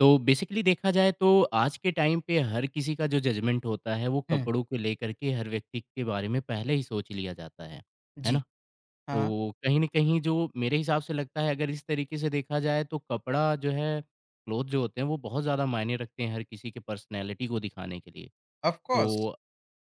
तो बेसिकली देखा जाए तो आज के टाइम पे हर किसी का जो जजमेंट होता है वो हुँ। कपड़ों को लेकर के हर व्यक्ति के बारे में पहले ही सोच लिया जाता है जी। ना? हाँ, तो कहीं न कहीं जो मेरे हिसाब से लगता है अगर इस तरीके से देखा जाए तो कपड़ा जो है, क्लोथ जो होते हैं वो बहुत ज़्यादा मायने रखते हैं हर किसी के पर्सनैलिटी को दिखाने के लिए। Of course. तो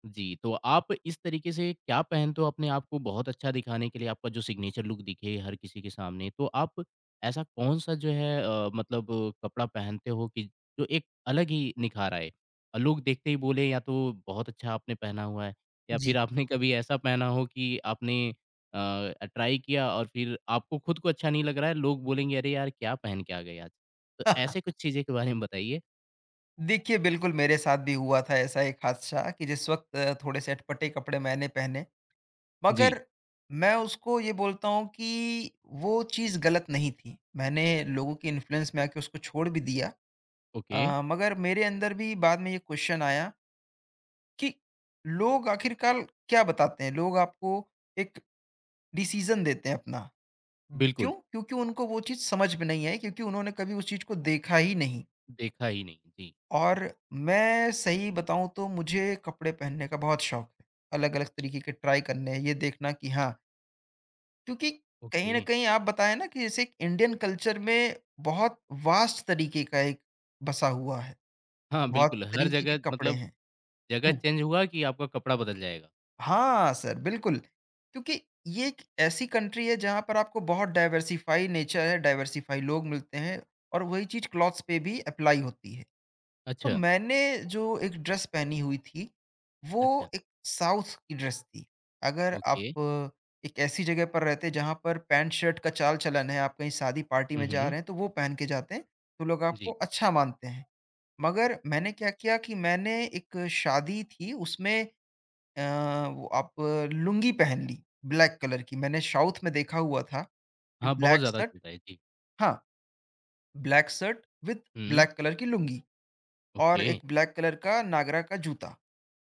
जी, तो आप इस तरीके से क्या पहनते हो अपने आप को बहुत अच्छा दिखाने के लिए, आपका जो सिग्नेचर लुक दिखे हर किसी के सामने? तो आप ऐसा कौन-सा जो है मतलब कपड़ा पहनते हो कि जो एक अलग ही निखार आए? लोग देखते ही बोले या तो बहुत अच्छा आपने पहना हुआ है या जी। फिर आपने कभी ऐसा पहना हो कि आपने अ, ट्राई किया और फिर आपको खुद को अच्छा नहीं लग रहा है, लोग बोलेंगे अरे यार क्या पहन के आ गए आज? तो ऐसे कुछ चीज़ें के बारे में बताइए। देखिए, बिल्कुल मेरे साथ भी हुआ था ऐसा एक हादसा कि जिस वक़्त थोड़े से अटपटे कपड़े मैंने पहने, जी, मगर मैं उसको ये बोलता हूँ कि वो चीज़ गलत नहीं थी। मैंने लोगों के इन्फ्लुएंस में आके उसको छोड़ भी दिया। ओके, मगर मेरे अंदर भी बाद में ये क्वेश्चन आया कि लोग आखिरकार क्या बताते हैं? लोग आपको एक डिसीज़न देते हैं अपना। क्यों? बिल्कुल। क्योंकि उनको वो चीज़ समझ में नहीं आई क्योंकि उन्होंने कभी उस चीज़ को देखा ही नहीं। देखा ही नहीं। जी, और मैं सही बताऊँ तो मुझे कपड़े पहनने का बहुत शौक है। अलग-अलग तरीके के ट्राई करने हैं, ये देखना कि हाँ क्योंकि कहीं ओके। न कहीं आप बताएँ ना कि जैसे एक इंडियन कल्चर में बहुत वास्ट तरीके का एक बसा हुआ है, हाँ, बहुत बिल्कुल हर तरीके के जगह कपड़े मतलब हैं। जगह हुँ। चेंज हुआ कि आपका कपड़ा बदल जाएगा? हाँ सर, बिल्कुल। क्योंकि ये एक ऐसी कंट्री है जहाँ पर आपको बहुत डाइवर्सिफाई नेचर है, डाइवर्सिफाई लोग मिलते हैं और वही चीज़ क्लॉथ्स पे भी एप्लाई होती है। तो अच्छा, मैंने जो एक ड्रेस पहनी हुई थी, अच्छा, वो एक साउथ की ड्रेस थी। अगर आप ओके। एक ऐसी जगह पर रहते जहाँ पर पैंट-शर्ट का चाल-चलन है, आप कहीं शादी पार्टी हुँ, में जा हुँ। रहे हैं, तो वो पहन के जाते हैं, तो लोग आपको जी। अच्छा मानते हैं। मगर मैंने क्या किया कि मैंने एक शादी थी उसमें अ, वो आप लुंगी पहन ली, ब्लैक कलर की। मैंने साउथ में देखा हुआ था कि हाँ, बहुत ब्लैक ज़्यादा शर्ट, चलता है। जी। हाँ, black shirt with hmm, black colour की लुंगी और ओके। एक ब्लैक कलर का नागरा का जूता।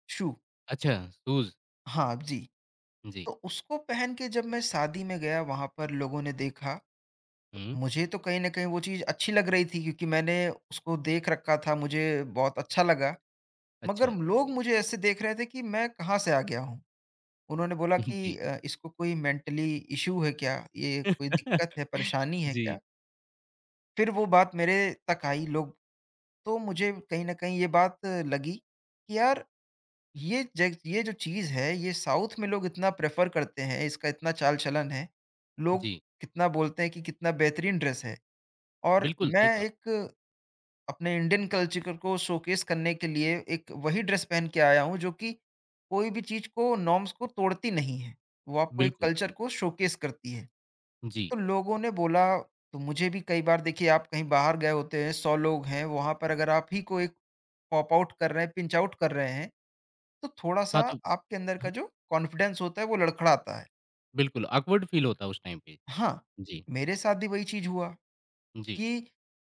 शू, अच्छा, शूज़। हाँ जी। जी। तो उसको पहन के जब मैं शादी में गया वहाँ पर लोगों ने देखा, तो हुँ, मुझे तो कहीं न कहीं वो चीज़ अच्छी लग रही थी क्योंकि मैंने उसको देख रखा था, मुझे बहुत अच्छा लगा। मगर अच्छा। लोग मुझे ऐसे देख रहे थे कि मैं कहाँ से आ गया हूँ? उन्होंने बोला कि जी। "इसको कोई मेंटली इश्यू है क्या? ये कोई दिक्कत है, परेशानी है क्या?" जी, फिर वो बात मेरे तक आई लोग, तो मुझे कहीं न कहीं ये बात लगी कि यार ये जो चीज़ है, ये साउथ में लोग इतना प्रेफ़र करते हैं, इसका इतना चाल-चलन है। लोग जी। कितना बोलते हैं कि कितना बेहतरीन ड्रेस है और बिल्कुल, मैं सही कहा। एक अपने इंडियन कल्चर को शोकेस करने के लिए एक वही ड्रेस पहन के आया हूँ, जो कि कोई भी चीज़ को, नॉर्म्स को तोड़ती नहीं है। वो आपको एक बिल्कुल, कल्चर को शोकेस करती है। जी। तो लोगों ने बोला तो मुझे भी कई बार देखिए आप कहीं बाहर गए होते हैं, 100 लोग हैं, वहाँ पर अगर आप ही को एक पॉप आउट कर रहे हैं, पिंच आउट कर रहे हैं तो थोड़ा-सा हाँ, तो आपके अंदर ह का जो कॉन्फिडेंस होता है वो लड़खड़ाता है। बिल्कुल ऑकवर्ड फ़ील होता है उस टाइम पे। हाँ, जी, मेरे साथ भी वही चीज़ हुआ जी। कि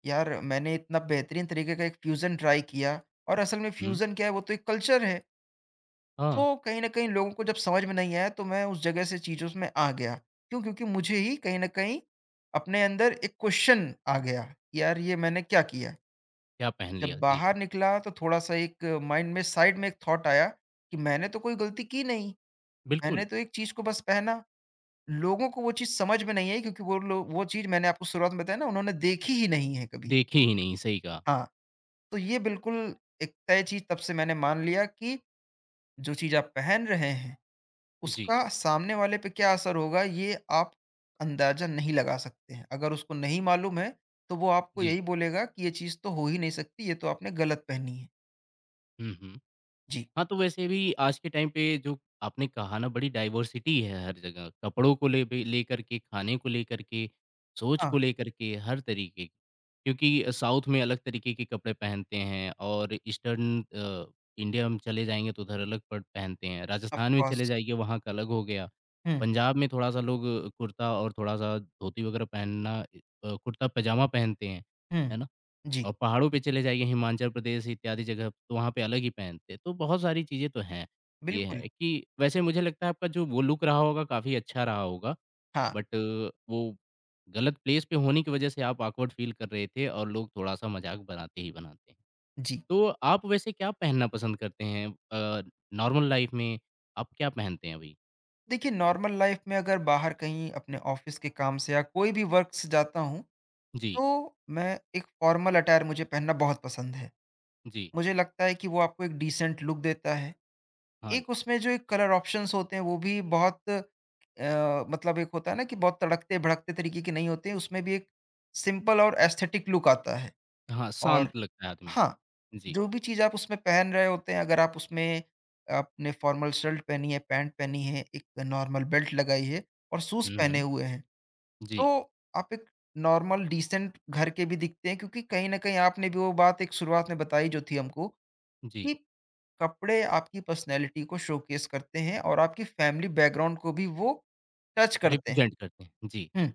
यार मैंने इतना बेहतरीन तरीके का एक फ्यूज़न ट्राई किया और असल में हुँ, फ्यूज़न क्या है वो तो एक कल्चर है। हाँ, तो कहीं न कहीं लोगों को जब समझ में नहीं आया तो मैं उस जगह से चीज़ों में आ गया। क्यों? क्योंकि मुझे ही कहीं न कहीं अपने अंदर एक क्वेश्चन आ गया, कि यार ये मैंने क्या किया? क्या पहन लिया? जब जी, बाहर निकला तो थोड़ा-सा एक माइंड में साइड में एक थॉट आया कि मैंने तो कोई गलती की नहीं। मैंने बिल्कुल। तो एक चीज़ को बस पहना। लोगों को वो चीज़ समझ में नहीं आई क्योंकि वो लोग वो चीज़ मैंने आपको शुरुआत में बताया ना उन्होंने देखी ही नहीं है कभी। देखे ही नहीं, सही कहा। हाँ, तो ये बिल्कुल एक तय चीज़ तब से मैंने मान लिया कि जो चीज़ आप पहन रहे हैं, जी, उसका सामने वाले पे क्या असर होगा ये आप अंदाज़ा नहीं लगा सकते हैं। अगर उसको नहीं मालूम है, तो वो आपको जी। यही बोलेगा कि ये चीज़ तो हो ही नहीं सकती, ये तो आपने गलत पहनी है। हुँ, हुँ। जी, हाँ, तो वैसे भी आज के टाइम पे जो आपने कहा ना बड़ी डाइवर्सिटी है हर जगह, कपड़ों को ले बे लेकर के, खाने को लेकर के, सोच को हाँ, लेकर के, हर तरीके की। क्योंकि साउथ में अलग तरीके के कपड़े पहनते हैं और ईस्टर्न इंडिया में चले जाएँगे तो उधर अलग पड़ पहनते हैं, ऑफ़ राजस्थान में चले कोर्स। जाइए वहाँ का अलग हो गया। हुँ, पंजाब में थोड़ा-सा लोग कुर्ता और थोड़ा-सा धोती वगैरह पहनना, कुर्ता-पजामा पहनते हैं, है हुँ। ना? जी, और पहाड़ों पे चले जाइए हिमाचल प्रदेश इत्यादि जगह तो वहाँ पे अलग ही पहनते हैं। तो बहुत सारी चीज़ें तो हैं। ये बिल्कुल। है कि वैसे मुझे लगता है आपका जो वो लुक रहा होगा काफ़ी अच्छा रहा होगा। हाँ, बट वो गलत प्लेस पे होने की वजह से आप ऑकवर्ड फ़ील कर रहे थे और लोग थोड़ा-सा मज़ाक बनाते ही बनाते हैं। जी। तो आप वैसे क्या पहनना पसंद करते हैं नॉर्मल लाइफ़ में आप क्या पहनते हैं अभी? देखिए नॉर्मल लाइफ में अगर बाहर कहीं अपने ऑफिस के काम से या कोई भी वर्क से जाता हूँ जी, तो मैं एक फॉर्मल अटायर मुझे पहनना बहुत पसंद है। जी। मुझे लगता है कि वो आपको एक डिसेंट लुक देता है। हाँ एक जी। उसमें जो एक कलर ऑप्शंस होते हैं वो भी बहुत मतलब एक होता है ना कि बहुत तड़कते भड़कते तरीके के नहीं होते, उसमें भी एक सिंपल और एस्थेटिक लुक आता है। हाँ, शांत लगता है आदमी। हाँ, जी। जो भी चीज़ आप उसमें पहन रहे होते हैं, अगर आप उसमें आपने फॉर्मल शर्ट पहनी है, पैंट पहनी है, एक नॉर्मल बेल्ट लगाई है और शूज़ हुँ, पहने हुँ। हुए हैं, जी, तो आप एक नॉर्मल डिसेंट घर के भी दिखते हैं क्योंकि कहीं न कहीं आपने भी वो बात एक शुरुआत में बताई जो थी हमको जी। कि कपड़े आपकी पर्सनैलिटी को शोकेस करते हैं और आपकी फैमिली बैकग्राउंड को भी वो टच करते हैं। रिप्रेज़ेंट करते हैं। जी, हुँ।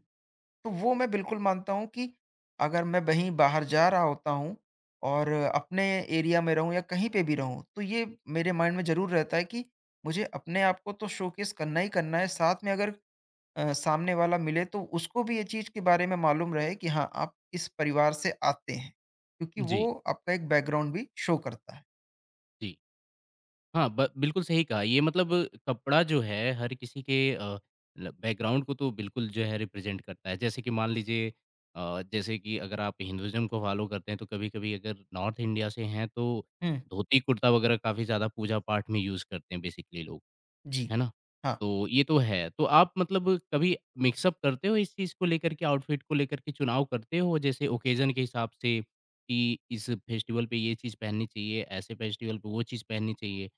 तो वो मैं बिल्कुल मानता हूँ कि अगर मैं वहीं बाहर जा रहा होता हूँ और अपने एरिया में रहूँ या कहीं पे भी रहूँ तो ये मेरे माइंड में ज़रूर रहता है कि मुझे अपने आप को तो शोकेस करना ही करना है, साथ में अगर सामने वाला मिले तो उसको भी ये चीज़ के बारे में मालूम रहे कि हाँ आप इस परिवार से आते हैं क्योंकि जी, वो आपका एक बैकग्राउंड भी शो करता है। जी। हाँ, ब बिल्कुल सही कहा। ये मतलब कपड़ा जो है हर किसी के ल बैकग्राउंड को तो बिल्कुल जो है रिप्रेज़ेंट करता है। जैसे कि मान लीजिए जैसे कि अगर आप हिंदुइज़्म को फ़ॉलो करते हैं तो कभी-कभी अगर नॉर्थ इंडिया से हैं तो हुँ, धोती-कुर्ता वग़ैरह काफ़ी ज़्यादा पूजा-पाठ में यूज़ करते हैं बेसिकली लोग, जी। है ना? हाँ, तो ये तो है। तो आप मतलब कभी मिक्स अप करते हो इस चीज़ को लेकर के आउटफिट को लेकर के चुनाव करते हो जैसे ओकेज़न के हिसाब से कि इस फेस्टिवल पे ये चीज़ पहननी चाहिए, ऐसे फेस्टिवल पे वो चीज़ पहननी चाहिए?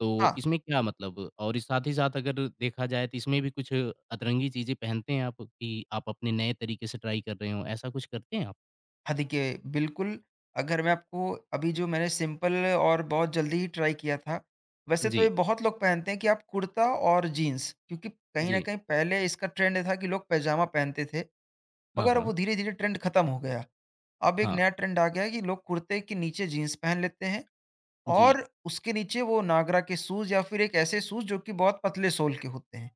तो हाँ। इसमें क्या मतलब और इस साथ ही साथ अगर देखा जाए तो इसमें भी कुछ अतरंगी चीज़ें पहनते हैं आप कि आप अपने नए तरीके से ट्राई कर रहे हो, ऐसा कुछ करते हैं आप? हाँ, देखिए बिल्कुल, अगर मैं आपको अभी जो मैंने सिंपल और बहुत जल्दी ही ट्राई किया था, वैसे तो ये जी, बहुत लोग पहनते हैं कि आप कुर्ता और जीन्स क्योंकि कहीं न जी। कहीं पहले इसका ट्रेंड था कि लोग पैजामा पहनते थे, हाँ, मगर अब हाँ। वो धीरे-धीरे ट्रेंड खत्म हो गया। अब एक हाँ। नया ट्रेंड आ गया है कि लोग कुर्ते के नीचे जीन्स पहन लेते हैं जी। और उसके नीचे वो नागरा के शूज़ या फिर एक ऐसे शूज़ जो कि बहुत पतले सोल के होते हैं।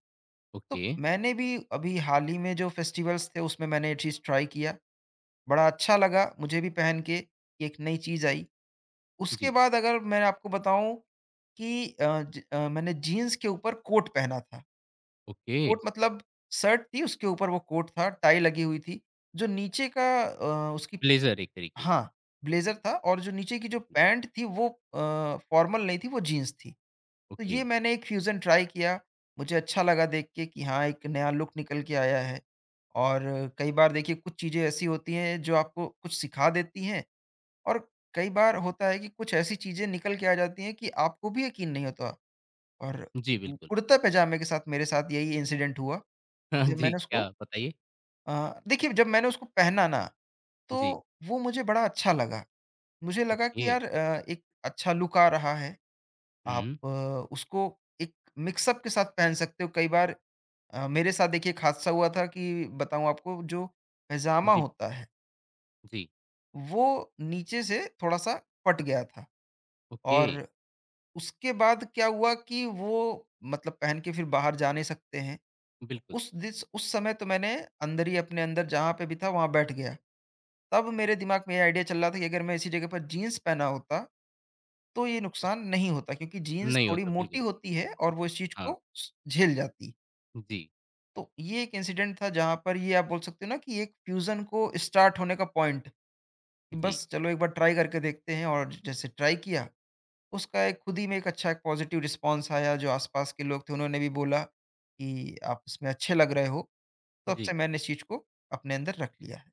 तो ओके। मैंने भी अभी हाल ही में जो फेस्टिवल्स थे उसमें मैंने ये चीज़ ट्राई किया। बड़ा अच्छा लगा मुझे भी पहन के कि एक नई चीज़ आई। उसके जी। बाद अगर मैं आपको बताऊँ कि मैंने जीन्स के ऊपर कोट पहना था। ओके। कोट मतलब शर्ट थी उसके ऊपर वो कोट था, टाई लगी हुई थी, जो नीचे का उसकी, ब्लेज़र एक तरीके से। हाँ, ब्लेज़र था और जो नीचे की जो पैंट थी वो फॉर्मल नहीं थी, वो जीन्स थी। तो ओके। ये मैंने एक फ्यूज़न ट्राई किया, मुझे अच्छा लगा देख के कि हाँ, एक नया लुक निकल के आया है। और कई बार देखिए कुछ चीज़ें ऐसी होती हैं जो आपको कुछ सिखा देती हैं और कई बार होता है कि कुछ ऐसी चीज़ें निकल के आ जाती हैं कि आपको भी यकीन नहीं होता। और जी, बिल्कुल। कुर्ता पैजामे के साथ मेरे साथ यही इंसिडेंट हुआ कि हाँ जब जी, मैंने उसको क्या बताइए? देखिए जब मैंने उसको पहना ना तो जी। वो मुझे बड़ा अच्छा लगा। मुझे लगा ओके। कि यार एक अच्छा लुक आ रहा है। आप हुँ। उसको एक मिक्सअप के साथ पहन सकते हो। कई बार मेरे साथ देखिए एक हादसा हुआ था कि बताऊँ आपको जो पैजामा जी, होता है, जी। वो नीचे से थोड़ा-सा फट गया था ओके। और उसके बाद क्या हुआ कि वो मतलब पहन के फिर बाहर जा नहीं सकते हैं। बिल्कुल। उस समय तो मैंने अंदर ही अपने अंदर जहाँ पे भी था वहाँ बैठ गया। तब मेरे दिमाग में ये आइडिया चल रहा था कि अगर मैं इसी जगह पर जीन्स पहना होता तो ये उस नुकसान नहीं होता क्योंकि जीन्स नहीं थोड़ी होता, मोटी बिल्कुल। होती है और वो इस चीज़ हाँ। को स झेल जाती। जी, तो ये एक इंसिडेंट था जहाँ पर ये आप बोल सकते हो ना कि एक फ्यूज़न को स्टार्ट होने का पॉइंट कि जी, बस चलो एक बार ट्राई करके देखते हैं और जैसे ट्राई किया उसका एक खुद ही में एक अच्छा एक पॉज़िटिव रिस्पॉन्स आया, जो आस-पास के लोग थे उन्होंने भी बोला कि आप इसमें अच्छे लग रहे हो, तब से जी। मैंने इस चीज़ को अपने अंदर रख लिया है।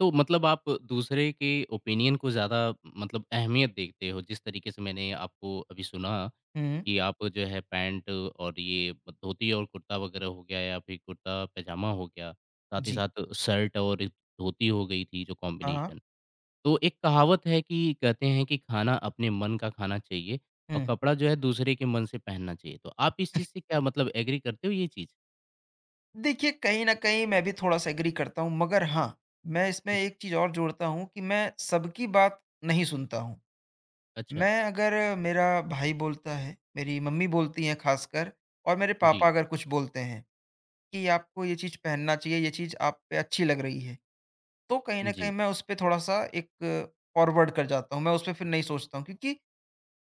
तो मतलब आप दूसरे के ओपिनियन को ज़्यादा मतलब अहमियत देखते हो, जिस तरीके से मैंने आपको अभी सुना हुँ, कि आप जो है पैंट और ये धोती और कुर्ता वगैरह हो गया या फिर कुर्ता-पजामा हो गया, साथ ही जी। साथ शर्ट और एक धोती हो गई थी जो हाँ, हाँ। कॉम्बिनेशन। तो एक कहावत है कि कहते हैं कि खाना अपने मन का खाना चाहिए और हुँ। कपड़ा जो है दूसरे के मन से पहनना चाहिए। तो आप इस चीज़ से क्या मतलब एग्री करते हो ये चीज़? देखिए, कहीं न कहीं मैं भी थोड़ा-सा एग्री करता हूँ, मगर हाँ, मैं इसमें जी। एक चीज़ और जोड़ता हूँ कि मैं सबकी बात नहीं सुनता हूँ। अच्छा। मैं अगर मेरा भाई बोलता है, मेरी मम्मी बोलती हैं ख़ासकर और मेरे जी। पापा अगर कुछ बोलते हैं कि आपको ये चीज़ पहनना चाहिए, ये चीज़ आप पे अच्छी लग रही है। तो कहीं न कहीं जी। मैं उसपे थोड़ा-सा एक फॉरवर्ड कर जाता हूँ, मैं उसपे फिर नहीं सोचता हूँ क्योंकि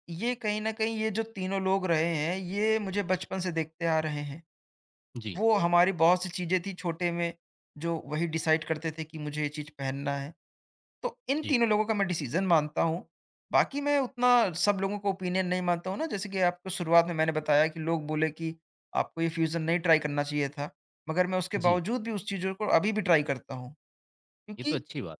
ये कहीं न कहीं ये जो तीनों लोग रहे हैं, ये मुझे बचपन से देखते आ रहे हैं। जी। वो हमारी बहुत सी चीज़ें थी छोटे में, जो वही डिसाइड करते थे कि मुझे ये चीज़ पहनना है। तो इन जी। तीनों लोगों का मैं डिसीज़न मानता हूँ, बाकी मैं उतना सब लोगों का ओपिनियन नहीं मानता हूँ ना, जैसे कि आपको शुरुआत में मैंने बताया कि लोग बोले कि आपको ये फ्यूज़न नहीं ट्राई करना चाहिए था, मगर मैं उसके जी। बावजूद भी उस चीज़ों को अभी भी ट्राई करता हूँ, ये क्योंकि तो अच्छी बात।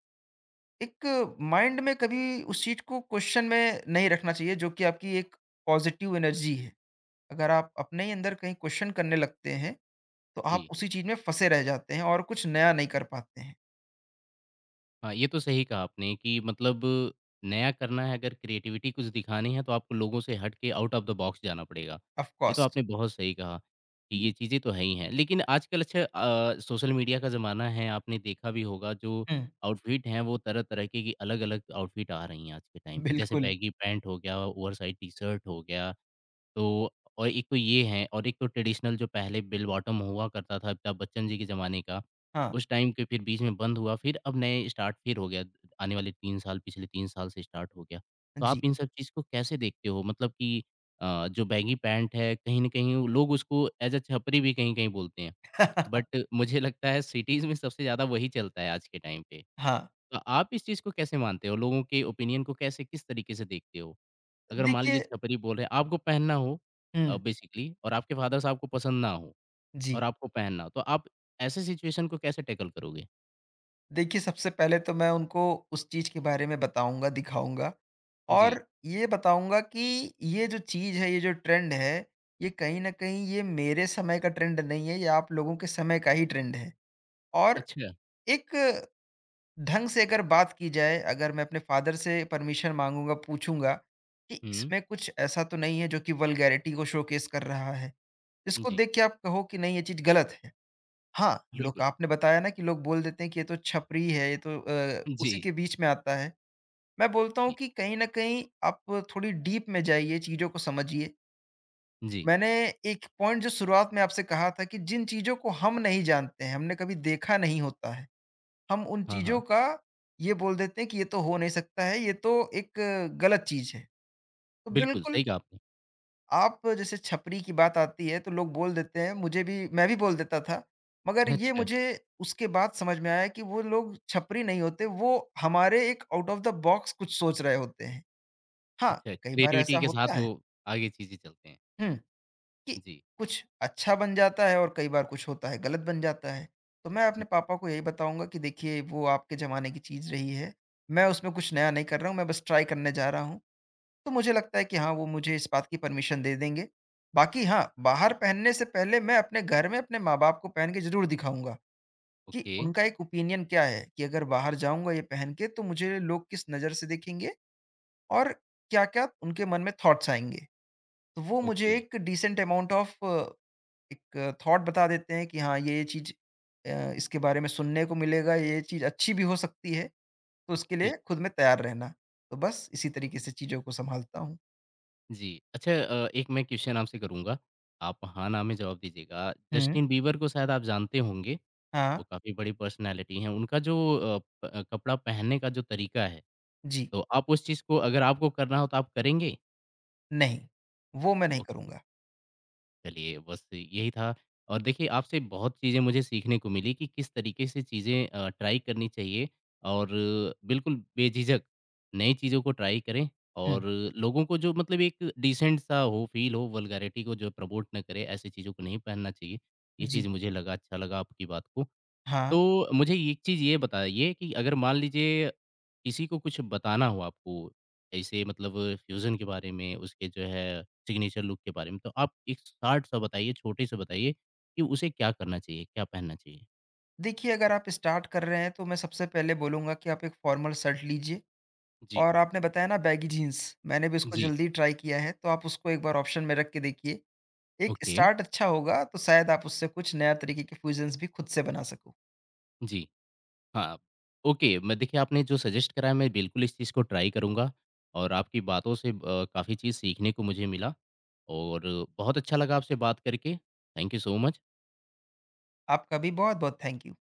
एक माइंड में कभी उस चीज़ को क्वेश्चन में नहीं रखना चाहिए जो कि आपकी एक पॉजिटिव एनर्जी है। अगर आप अपने ही अंदर कहीं क्वेश्चन करने लगते हैं, तो आप जी। उसी चीज़ में फँसे रह जाते हैं और कुछ नया नहीं कर पाते हैं। हाँ, ये तो सही कहा आपने कि मतलब नया करना है अगर क्रिएटिविटी कुछ दिखानी है तो आपको लोगों से हट के आउट ऑफ द बॉक्स जाना पड़ेगा। ऑफ ये तो कोर्स। आपने बहुत सही कहा कि ये चीज़ें तो है ही हैं। लेकिन आजकल अच्छा, सोशल मीडिया का ज़माना है आपने देखा भी होगा जो हुँ, आउटफिट हैं वो तरह-तरह के की अलग-अलग आउटफिट आ रही हैं आज के टाइम पे। जैसे बिल्कुल। बैगी पैंट हो गया, ओवरसाइज़ टी-शर्ट हो गया। तो और एक तो ये है और एक तो ट्रेडिशनल जो पहले बेल बॉटम हुआ करता था अमिताभ बच्चन जी के ज़माने का, हाँ, उस टाइम के फिर बीच में बंद हुआ, फिर अब नए स्टार्ट फिर हो गया। आने वाले 3 साल, पिछले 3 साल से स्टार्ट हो गया। तो आप जी। इन सब चीज़ को कैसे देखते हो? मतलब कि जो बैगी पैंट है कहीं न कहीं वो लोग उसको एज़ अ छपरी भी कहीं-कहीं बोलते हैं। बट मुझे लगता है सिटीज़ में सबसे ज़्यादा वही चलता है आज के टाइम पे। हाँ, तो आप इस चीज़ को कैसे मानते हो? लोगों के ओपिनियन को कैसे किस तरीके से देखते हो? अगर मान लीजिए देखिए छपरी बोल रहे हैं, आपको पहनना हो हुँ, बेसिकली और आपके फादर साहब को पसंद ना हो जी। और आपको पहनना हो, तो आप ऐसे सिचुएशन को कैसे टैकल करोगे? देखिए, सबसे पहले तो मैं उनको उस चीज़ के बारे में बताऊँगा, दिखाऊँगा जी, और ये बताऊँगा कि ये जो चीज़ है, ये जो ट्रेंड है, ये कहीं न कहीं ये मेरे समय का ट्रेंड नहीं है, ये आप लोगों के समय का ही ट्रेंड है। और अच्छा। एक ढंग से अगर बात की जाए, अगर मैं अपने फ़ादर से परमिशन माँगूँगा, पूछूँगा कि हुँ, इसमें कुछ ऐसा तो नहीं है जो कि वल्गैरिटी को शोकेस कर रहा है। इसको जी, देख के आप कहो कि नहीं, ये चीज़ गलत है। हाँ, लोग बिल्कुल। आपने बताया ना कि लोग बोल देते हैं कि ये तो छपरी है, ये तो उसी जी, के बीच में आता है। मैं बोलता हूँ जी, कि कहीं न कहीं आप थोड़ी डीप में जाइए, चीज़ों को समझिए। जी। मैंने एक पॉइंट जो शुरुआत में आपसे कहा था कि जिन चीज़ों को हम नहीं जानते हैं, हमने कभी देखा नहीं होता है, हम उन हाँ, चीज़ों हाँ, का ये बोल देते हैं कि ये तो हो नहीं सकता है, ये तो एक गलत चीज़ है। तो बिल्कुल, बिल्कुल सही कहा आपने। आप जैसे छपरी की बात आती है तो लोग बोल देते हैं, मुझे भी मैं भी बोल देता था। मगर ये अच्छा, मुझे उसके बाद समझ में आया कि वो लोग छपरी नहीं होते, वो हमारे एक आउट ऑफ द बॉक्स कुछ सोच रहे होते हैं। हाँ, अच्छा, कई बार क्रिएटिविटी ऐसा के साथ होता है वो आगे चीज़ें चलते हैं। हुँ, कि जी, कुछ अच्छा बन जाता है और कई बार कुछ होता है गलत बन जाता है। तो मैं अपने हुँ, पापा को यही बताऊँगा कि देखिए वो आपके ज़माने की चीज़ रही है, मैं उसमें कुछ नया नहीं कर रहा हूँ, मैं बस ट्राई करने जा रहा हूँ। तो मुझे लगता है कि हाँ, वो मुझे इस बात की परमिशन दे देंगे। बाकी हाँ, बाहर पहनने से पहले मैं अपने घर में अपने माँ-बाप को पहन के ज़रूर दिखाऊँगा कि ओके, उनका एक ओपिनियन क्या है कि अगर बाहर जाऊँगा ये पहन के तो मुझे लोग किस नज़र से देखेंगे और क्या-क्या उनके मन में थॉट्स आएँगे। तो वो मुझे ओके, एक डिसेंट अमाउंट ऑफ एक थॉट बता देते हैं कि हाँ, ये चीज़ इसके बारे में सुनने को मिलेगा, ये चीज़ अच्छी भी हो सकती है, तो उसके जी, लिए खुद में तैयार रहना। तो बस इसी तरीके से चीज़ों को सँभालता हूँ। जी। अच्छा, एक मैं क्वेश्चन आपसे करूँगा, आप हाँ, ना में जवाब दीजिएगा। हुँ, जस्टिन बीबर को शायद आप जानते होंगे? हाँ। वो काफ़ी बड़ी पर्सनैलिटी हैं, उनका जो कपड़ा पहनने का जो तरीका है, जी, तो आप उस चीज़ को अगर आपको करना हो तो आप करेंगे? नहीं, वो मैं नहीं ओके, करूँगा। चलिए बस यही था और देखिए आपसे बहुत चीज़ें मुझे सीखने को मिली कि किस तरीके से चीज़ें ट्राई करनी चाहिए और बिल्कुल बेझिझक नई चीज़ों को ट्राई करें हुँ, और लोगों को जो मतलब एक डिसेंट सा हो, फ़ील हो, वल्गैरिटी को जो प्रमोट ना करे, ऐसी चीज़ों को नहीं पहनना चाहिए। ये जी, चीज़ मुझे लगा अच्छा लगा आपकी बात को। हाँ। तो मुझे एक चीज़ ये बताइए कि अगर मान लीजिए किसी को कुछ बताना हो आपको, ऐसे मतलब फ्यूज़न के बारे में, उसके जो है सिग्नेचर लुक के बारे में, तो आप एक शॉर्ट सा बताइए, छोटे से बताइए कि उसे क्या करना चाहिए, क्या पहनना चाहिए? देखिए अगर आप स्टार्ट कर रहे हैं तो मैं सबसे पहले बोलूँगा कि आप एक फ़ॉर्मल शर्ट लीजिए जी, और आपने बताया ना बैगी जीन्स, मैंने भी उसको जी, जल्दी ट्राई किया है तो आप उसको एक बार ऑप्शन में रख के देखिए। एक ओके, स्टार्ट अच्छा होगा तो शायद आप उससे कुछ नया तरीके के फ्यूज़न्स भी खुद से बना सको। जी, हाँ। ओके, मैं देखिए आपने जो सजेस्ट कराया मैं बिल्कुल इस चीज़ को ट्राई करूँगा और आपकी बातों से काफ़ी चीज़ सीखने को मुझे मिला और बहुत अच्छा लगा आपसे बात करके। Thank you so much. आपका भी बहुत-बहुत थैंक यू।